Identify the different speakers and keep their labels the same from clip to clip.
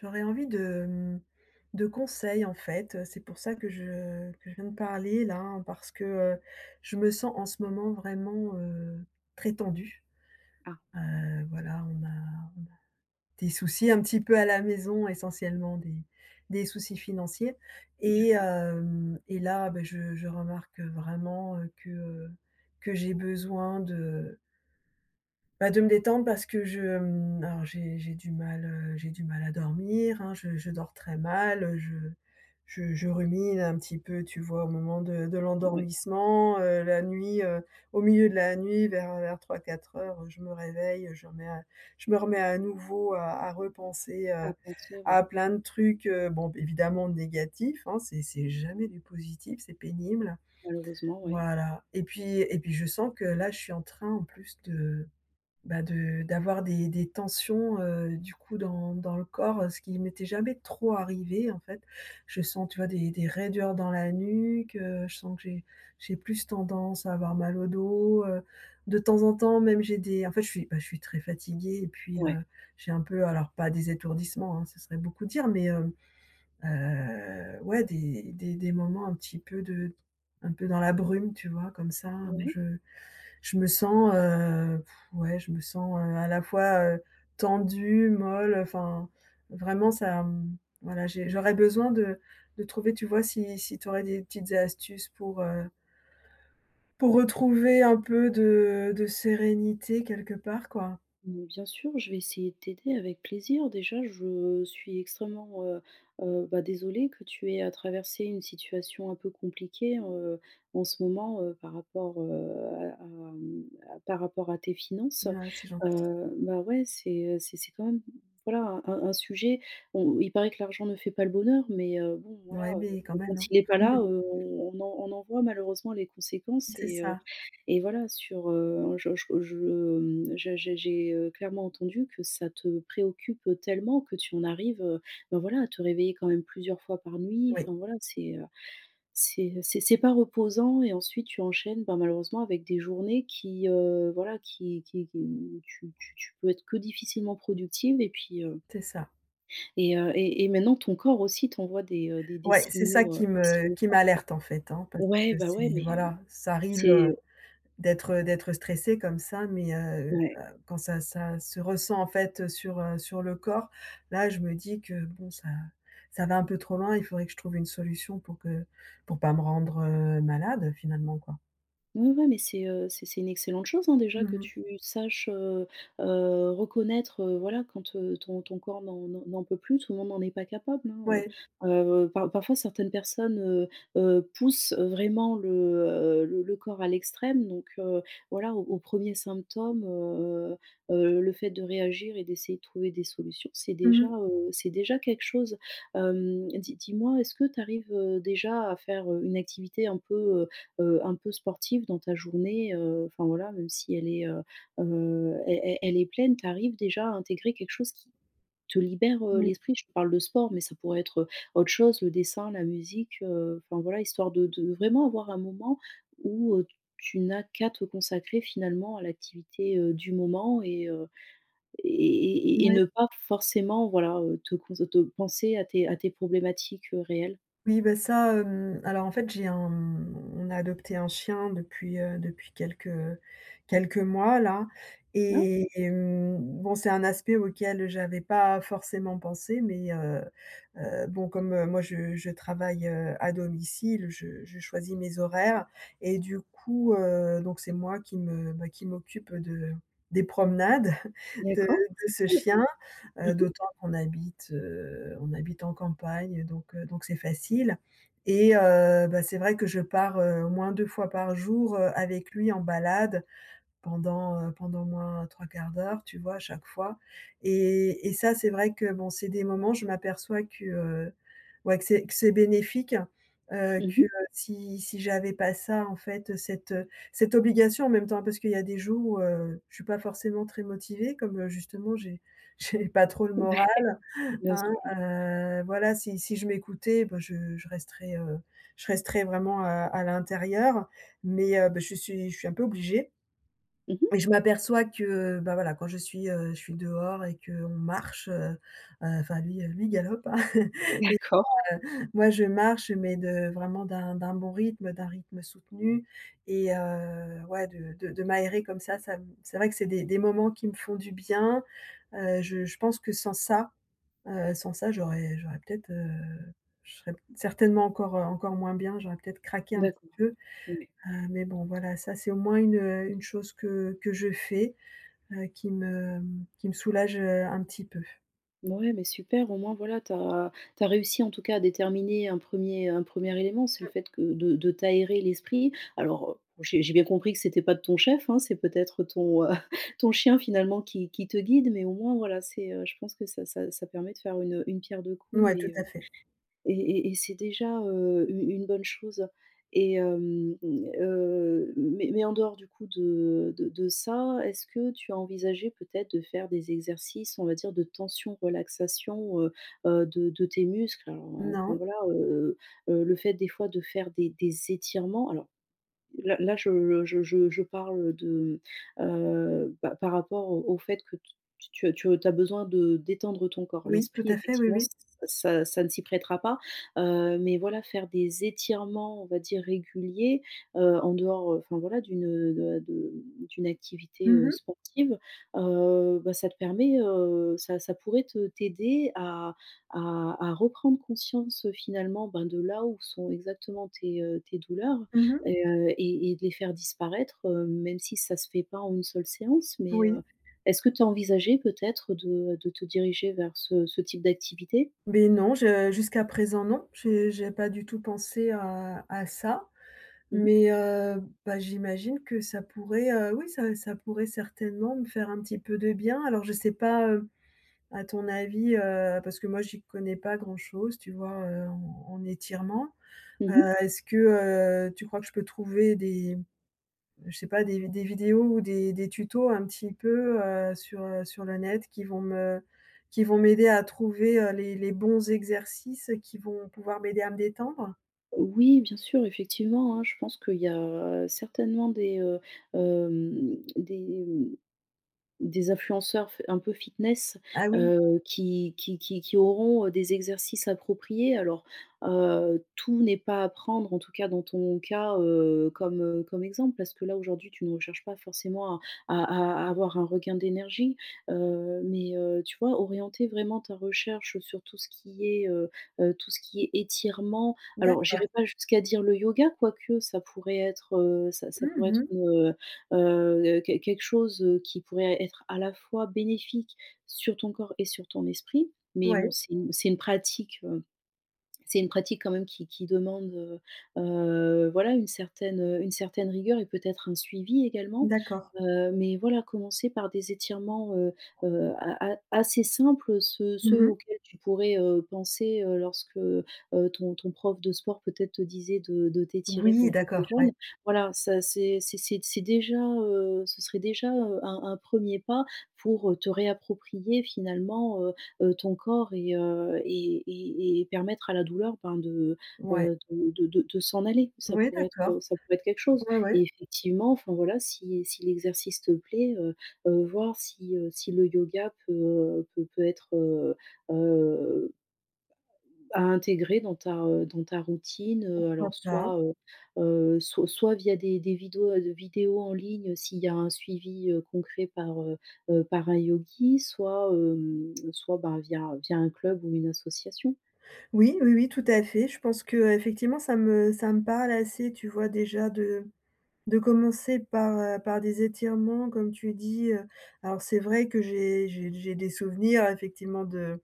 Speaker 1: J'aurais envie de, de conseils, en fait. C'est pour ça que je viens de parler là, hein, parce que, je me sens en ce moment vraiment, très tendue.
Speaker 2: Ah,
Speaker 1: Voilà, on a des soucis un petit peu à la maison, essentiellement des soucis financiers et
Speaker 2: d'accord,
Speaker 1: hem et là, ben je remarque vraiment, que j'ai besoin de bah, de me détendre parce que je, alors j'ai du mal, j'ai du mal à dormir, hein, je dors très mal, je rumine un petit peu, tu vois, au moment de
Speaker 2: ouais.
Speaker 1: l'endormissement, la nuit, au milieu de la nuit, vers 3-4:00, je me réveille, je me remets à nouveau à repenser,
Speaker 2: À penser,
Speaker 1: à
Speaker 2: oui.
Speaker 1: plein de trucs, bon, évidemment négatifs, hein, c'est jamais du positif, c'est pénible.
Speaker 2: Malheureusement, oui.
Speaker 1: Voilà. Et puis je sens que là, je suis en train en plus de bah, de d'avoir des tensions, du coup dans le corps, ce qui m'était jamais trop arrivé en fait. Je sens, tu vois, des raideurs dans la nuque, je sens que j'ai plus tendance à avoir mal au dos, de temps en temps même j'ai des en fait je suis, bah, je suis très fatiguée et puis,
Speaker 2: Ouais.
Speaker 1: j'ai un peu alors pas des étourdissements, hein, ce serait beaucoup dire, mais, ouais des moments un petit peu de un peu dans la brume, tu vois? Comme ça, où
Speaker 2: Ouais.
Speaker 1: je me sens, heu, ouais, je me sens, à la fois, tendue, molle, enfin, vraiment ça, voilà, j'aurais besoin de trouver, tu vois, si tu aurais des petites astuces pour retrouver un peu de sérénité quelque part, quoi.
Speaker 2: Mmh, bien sûr, je vais essayer de t'aider avec plaisir. Déjà, je suis extrêmement, bah, désolée que tu aies à traverser une situation un peu compliquée, en ce moment, par rapport, à par rapport à tes finances.
Speaker 1: Ouais, c'est gentil.
Speaker 2: Bah, ouais, c'est, c'est quand même, voilà, un sujet. On il paraît que l'argent ne fait pas le bonheur, mais bon,
Speaker 1: Ouais,
Speaker 2: voilà,
Speaker 1: mais quand
Speaker 2: quand
Speaker 1: même, hein.
Speaker 2: il est pas là, on en on en voit malheureusement les conséquences.
Speaker 1: C'est
Speaker 2: et heu
Speaker 1: ça,
Speaker 2: et voilà, sur, je j'ai, clairement entendu que ça te préoccupe tellement que tu en arrives, ben, voilà, à te réveiller quand même plusieurs fois par nuit.
Speaker 1: oui,
Speaker 2: Enfin, voilà, c'est, c'est pas reposant et ensuite tu enchaînes, ben, malheureusement avec des journées qui, voilà, qui où tu peux être que difficilement productive et puis,
Speaker 1: c'est ça.
Speaker 2: et maintenant ton corps aussi t'envoie des, des
Speaker 1: Ouais, c'est ça
Speaker 2: signaux, des signaux.
Speaker 1: qui m'alerte, en fait, hein, parce
Speaker 2: ouais,
Speaker 1: que
Speaker 2: bah, ouais,
Speaker 1: c'est
Speaker 2: mais, heu,
Speaker 1: voilà, ça arrive,
Speaker 2: c'est
Speaker 1: d'être stressé comme ça, mais
Speaker 2: ouais.
Speaker 1: quand ça se ressent, en fait, sur, sur le corps, là, je me dis que bon, ça va un peu trop loin. Il faudrait que je trouve une solution pour pas me rendre, malade, finalement, quoi.
Speaker 2: Ouais, ouais, mais c'est, c'est une excellente chose, hein, déjà que
Speaker 1: Mmh.
Speaker 2: tu saches, reconnaître, voilà, quand, ton corps n'en peut plus. Tout le monde n'en est pas capable, hein,
Speaker 1: Ouais.
Speaker 2: parfois certaines personnes, poussent vraiment le, le corps à l'extrême, donc voilà, au aux 1ers symptômes, le fait de réagir et d'essayer de trouver des solutions,
Speaker 1: Mmh,
Speaker 2: c'est déjà quelque chose. Hem, dis-moi, est-ce que tu arrives, déjà à faire, une activité un peu sportive dans ta journée, enfin voilà, même si elle est, elle est pleine, tu arrives déjà à intégrer quelque chose qui te libère, l'esprit? Je te parle de sport, mais ça pourrait être, autre chose, le dessin, la musique, enfin voilà, histoire de vraiment avoir un moment où, tu n'as qu'à te consacrer finalement à l'activité, du moment et
Speaker 1: ouais.
Speaker 2: ne pas forcément, voilà, te penser à tes problématiques, réelles.
Speaker 1: Oui, bah, ça, alors en fait, on a adopté un chien depuis, depuis quelques mois là.
Speaker 2: Ah,
Speaker 1: Et bon, c'est un aspect auquel j'avais pas forcément pensé, mais bon, comme, moi je travaille, à domicile, je choisis mes horaires et du coup, donc c'est moi qui m'occupe de des promenades de
Speaker 2: d'accord,
Speaker 1: de
Speaker 2: c'est
Speaker 1: ce
Speaker 2: cool.
Speaker 1: chien.
Speaker 2: Mmh mh.
Speaker 1: D'autant on habite en campagne, donc c'est facile. Et bah, c'est vrai que je pars, au moins 2 fois par jour, avec lui en balade pendant, pendant au moins trois quarts d'heure, tu vois, à chaque fois. Et ça, c'est vrai que bon, c'est des moments, je m'aperçois que, ouais, que c'est bénéfique, que,
Speaker 2: Mmh.
Speaker 1: si j'avais pas ça, en fait, cette, cette obligation en même temps, parce qu'il y a des jours où, je suis pas forcément très motivée comme, justement j'ai j'ai pas trop le
Speaker 2: Ouais,
Speaker 1: moral,
Speaker 2: bien
Speaker 1: hein,
Speaker 2: sûr.
Speaker 1: voilà, si je m'écoutais, ben je resterais, je resterais vraiment à l'intérieur, mais bah, je suis un peu obligée.
Speaker 2: Mmh
Speaker 1: Et
Speaker 2: mh.
Speaker 1: je m'aperçois que, bah, voilà, quand je suis dehors et qu'on marche, enfin lui, lui il galope, hein.
Speaker 2: D'accord,
Speaker 1: Heu, Moi je marche, mais de vraiment d'un bon rythme, d'un rythme soutenu. Et ouais de m'aérer comme ça me c'est vrai que c'est des moments qui me font du bien. Je pense que sans ça, j'aurais peut-être, je serais certainement encore, encore moins bien, j'aurais peut-être craqué un petit
Speaker 2: d'accord.
Speaker 1: peu.
Speaker 2: Ouais.
Speaker 1: Mais bon voilà, ça c'est au moins une chose que je fais. Heu, qui me qui me soulage, un petit peu.
Speaker 2: Mouais, mais super, au moins voilà, tu as réussi en tout cas à déterminer un premier élément, c'est le fait que de t'aérer l'esprit. Alors, j'ai bien compris que c'était pas de ton chef, hein, c'est peut-être ton, ton chien finalement qui te guide, mais au moins voilà, c'est, je pense que ça permet de faire une pierre deux coups
Speaker 1: Ouais, tout à fait.
Speaker 2: et et et c'est déjà, u une bonne chose. Mais en dehors du coup de de ça, est-ce que tu as envisagé peut-être de faire des exercices, on va dire, de tension relaxation, de tes muscles? Alors, enfin
Speaker 1: Non.
Speaker 2: voilà, le fait des fois de faire des étirements. Alors, là là, je parle de, bah, par rapport au au fait que tu as besoin de détendre ton corps.
Speaker 1: Oui, tout
Speaker 2: L'esprit,
Speaker 1: à fait, oui,
Speaker 2: effectivement,
Speaker 1: oui.
Speaker 2: ç ça ça ne s'y prêtera pas, mais voilà, faire des étirements, on va dire, réguliers, en dehors, enfin, voilà, d'une, de d'une activité,
Speaker 1: Mmh mh.
Speaker 2: sportive, bah, ça te permet, ça pourrait te t'aider à à reprendre conscience, finalement, ben, de là où sont exactement tes, tes douleurs
Speaker 1: Mmh mh.
Speaker 2: et de les faire disparaître, même si ça se fait pas en une seule séance. Mais,
Speaker 1: Oui.
Speaker 2: est-ce que tu as envisagé peut-être de te diriger vers ce type d'activité?
Speaker 1: Beh, non, je jusqu'à présent, non. J'ai pas du tout pensé à ça,
Speaker 2: Mmh mh.
Speaker 1: mais bah, j'imagine que ça pourrait, oui, ça pourrait certainement me faire un petit peu de bien. Alors je sais pas, à ton avis, parce que moi j'y connais pas grand-chose, tu vois, en étirement. Heu,
Speaker 2: Mmh.
Speaker 1: est-ce que, tu crois que je peux trouver des je sais pas, des vidéos ou des tutos un petit peu, sur, sur le net qui vont me qui vont m'aider à trouver, les bons exercices qui vont pouvoir m'aider à me détendre?
Speaker 2: Oui, bien sûr, effectivement, hein, je pense qu'il y a certainement des, hem, des Des influenceurs f un peu fitness,
Speaker 1: Ah oui,
Speaker 2: qui auront, des exercices appropriés. Alors, tout n'est pas à prendre, en tout cas dans ton cas, comme, comme exemple, parce que là, aujourd'hui, tu ne recherches pas forcément à à avoir un regain d'énergie, mais, tu vois, orienter vraiment ta recherche sur tout ce qui est, tout ce qui est étirement. Alors,
Speaker 1: d'accord.
Speaker 2: j'irai pas jusqu'à dire le yoga, quoique ça pourrait être, ça pourrait être
Speaker 1: Mmh.
Speaker 2: une, quelque chose qui pourrait être à la fois bénéfique sur ton corps et sur ton esprit. Mais bon,
Speaker 1: Ouais,
Speaker 2: c'est une pratique, c'est une pratique quand même qui demande, voilà une certaine rigueur et peut-être un suivi également.
Speaker 1: d'accord.
Speaker 2: Mais voilà, commencer par des étirements, a a assez simples, ceux
Speaker 1: Mmh.
Speaker 2: auxquels tu pourrais, penser, lorsque, ton prof de sport peut-être te disait de t'étirer
Speaker 1: Oui,
Speaker 2: quand tu étais
Speaker 1: d'accord,
Speaker 2: jeune.
Speaker 1: ouais.
Speaker 2: Voilà, ça c'est déjà, ce serait déjà, un 1 pas pour, te réapproprier finalement, ton corps et permettre à la douleur, ben,
Speaker 1: Ouais.
Speaker 2: de de s'en aller.
Speaker 1: Ouais, d'accord.
Speaker 2: Ça pourrait être quelque chose
Speaker 1: Ouais, ouais,
Speaker 2: et effectivement, enfin, voilà, si si l'exercice te plaît, voir si, si le yoga peut, peut être, heu à intégrer dans ta routine,
Speaker 1: pourquoi
Speaker 2: alors
Speaker 1: pas.
Speaker 2: soit, soit via des vidéos, vidéos en ligne s'il y a un suivi, concret par, par un yogi, soit, hem, soit, bah, via via un club ou une association.
Speaker 1: Oui, oui, oui, tout à fait. Je pense que effectivement ça me parle assez, tu vois, déjà de commencer par, par des étirements comme tu dis. Alors c'est vrai que j'ai des souvenirs effectivement de.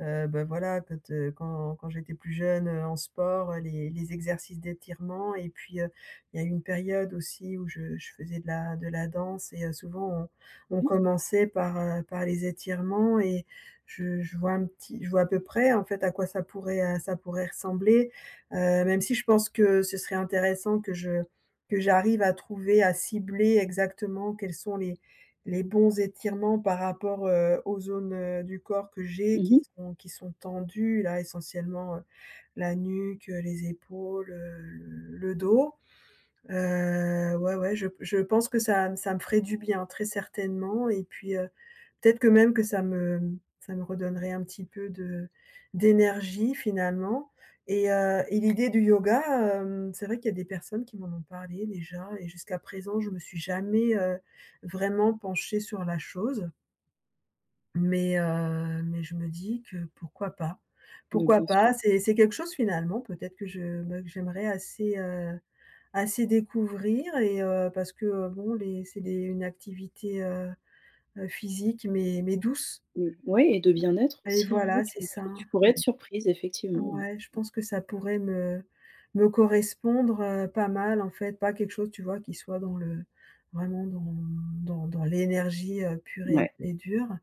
Speaker 1: Bah, voilà, quand j'étais plus jeune, en sport, les exercices d'étirement et puis, il y a eu une période aussi où je faisais de la danse. Et souvent on
Speaker 2: Oui.
Speaker 1: commençait par, par les étirements et je vois à peu près, en fait, à quoi ça pourrait ressembler, heu, même si je pense que ce serait intéressant que je que j'arrive à trouver, à cibler exactement quels sont les bons étirements par rapport, aux zones, du corps que j'ai
Speaker 2: Mmh mh.
Speaker 1: qui sont tendues là, essentiellement, la nuque, les épaules, le dos. Ouais, ouais, je pense que ça me ferait du bien, très certainement. Et puis, peut-être que même que ça me redonnerait un petit peu de d'énergie finalement. Et et l'idée du yoga, c'est vrai qu'il y a des personnes qui m'en ont parlé déjà, et jusqu'à présent, je me suis jamais, vraiment penchée sur la chose. Mais je me dis que pourquoi pas?
Speaker 2: Bah,
Speaker 1: Pourquoi
Speaker 2: bien
Speaker 1: pas?
Speaker 2: sûr.
Speaker 1: C'est quelque chose finalement peut-être que j'aimerais assez, assez découvrir. Et parce que, bon les c'est des une activité, physique mais douce.
Speaker 2: Mais ouais et de bien-être
Speaker 1: Et
Speaker 2: aussi, hein, oui,
Speaker 1: voilà, c'est
Speaker 2: tu tu
Speaker 1: ça.
Speaker 2: tu pourrais
Speaker 1: Et
Speaker 2: être surprise effectivement, ouais.
Speaker 1: ouais, je pense que ça pourrait me correspondre, pas mal en fait, pas quelque chose, tu vois, qui soit dans le vraiment dans l'énergie, pure et
Speaker 2: Ouais.
Speaker 1: et dure,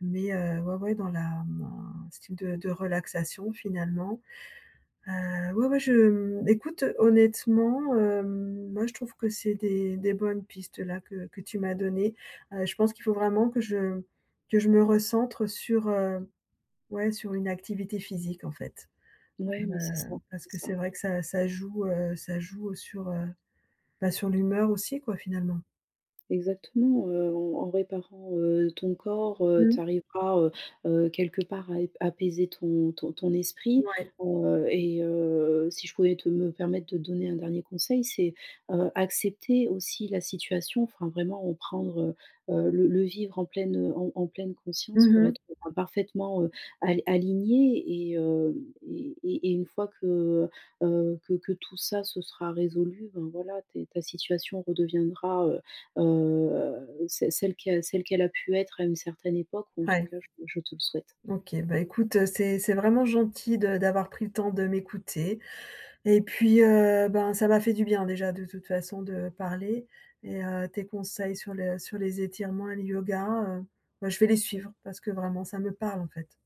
Speaker 1: mais ouais, ouais, dans la style de relaxation finalement. Ouais, ouais, écoute, honnêtement, moi je trouve que c'est des bonnes pistes là que tu m'as données. Je pense qu'il faut vraiment que je me recentre sur, ouais, sur une activité physique, en fait.
Speaker 2: Ouais, mais
Speaker 1: Heu,
Speaker 2: c'est ça,
Speaker 1: parce
Speaker 2: c'est
Speaker 1: que
Speaker 2: ça.
Speaker 1: c'est vrai que ça joue, ça joue sur, bah, sur l'humeur aussi, quoi, finalement.
Speaker 2: Exactement, en en réparant, ton corps,
Speaker 1: Mmh.
Speaker 2: tu arriveras, quelque part à ép apaiser ton esprit,
Speaker 1: Ouais.
Speaker 2: si je pouvais te me permettre de donner un dernier conseil, c'est, accepter aussi la situation, enfin vraiment en prendre, le vivre en pleine, en en pleine conscience
Speaker 1: Mmh
Speaker 2: pour
Speaker 1: mh.
Speaker 2: être, enfin parfaitement, al aligné et heu et une fois que tout ça se sera résolu, ben voilà, tes ta situation redeviendra, ce celle que celle qu'elle a pu être à une certaine époque, ou en tout
Speaker 1: Ouais.
Speaker 2: cas je te le souhaite.
Speaker 1: OK, bah, écoute, c'est vraiment gentil de d'avoir pris le temps de m'écouter. Et puis, ben, ça m'a fait du bien déjà de toute façon de parler. Et tes conseils sur le sur les étirements et le yoga, heu, bah, je vais les suivre parce que vraiment ça me parle, en fait.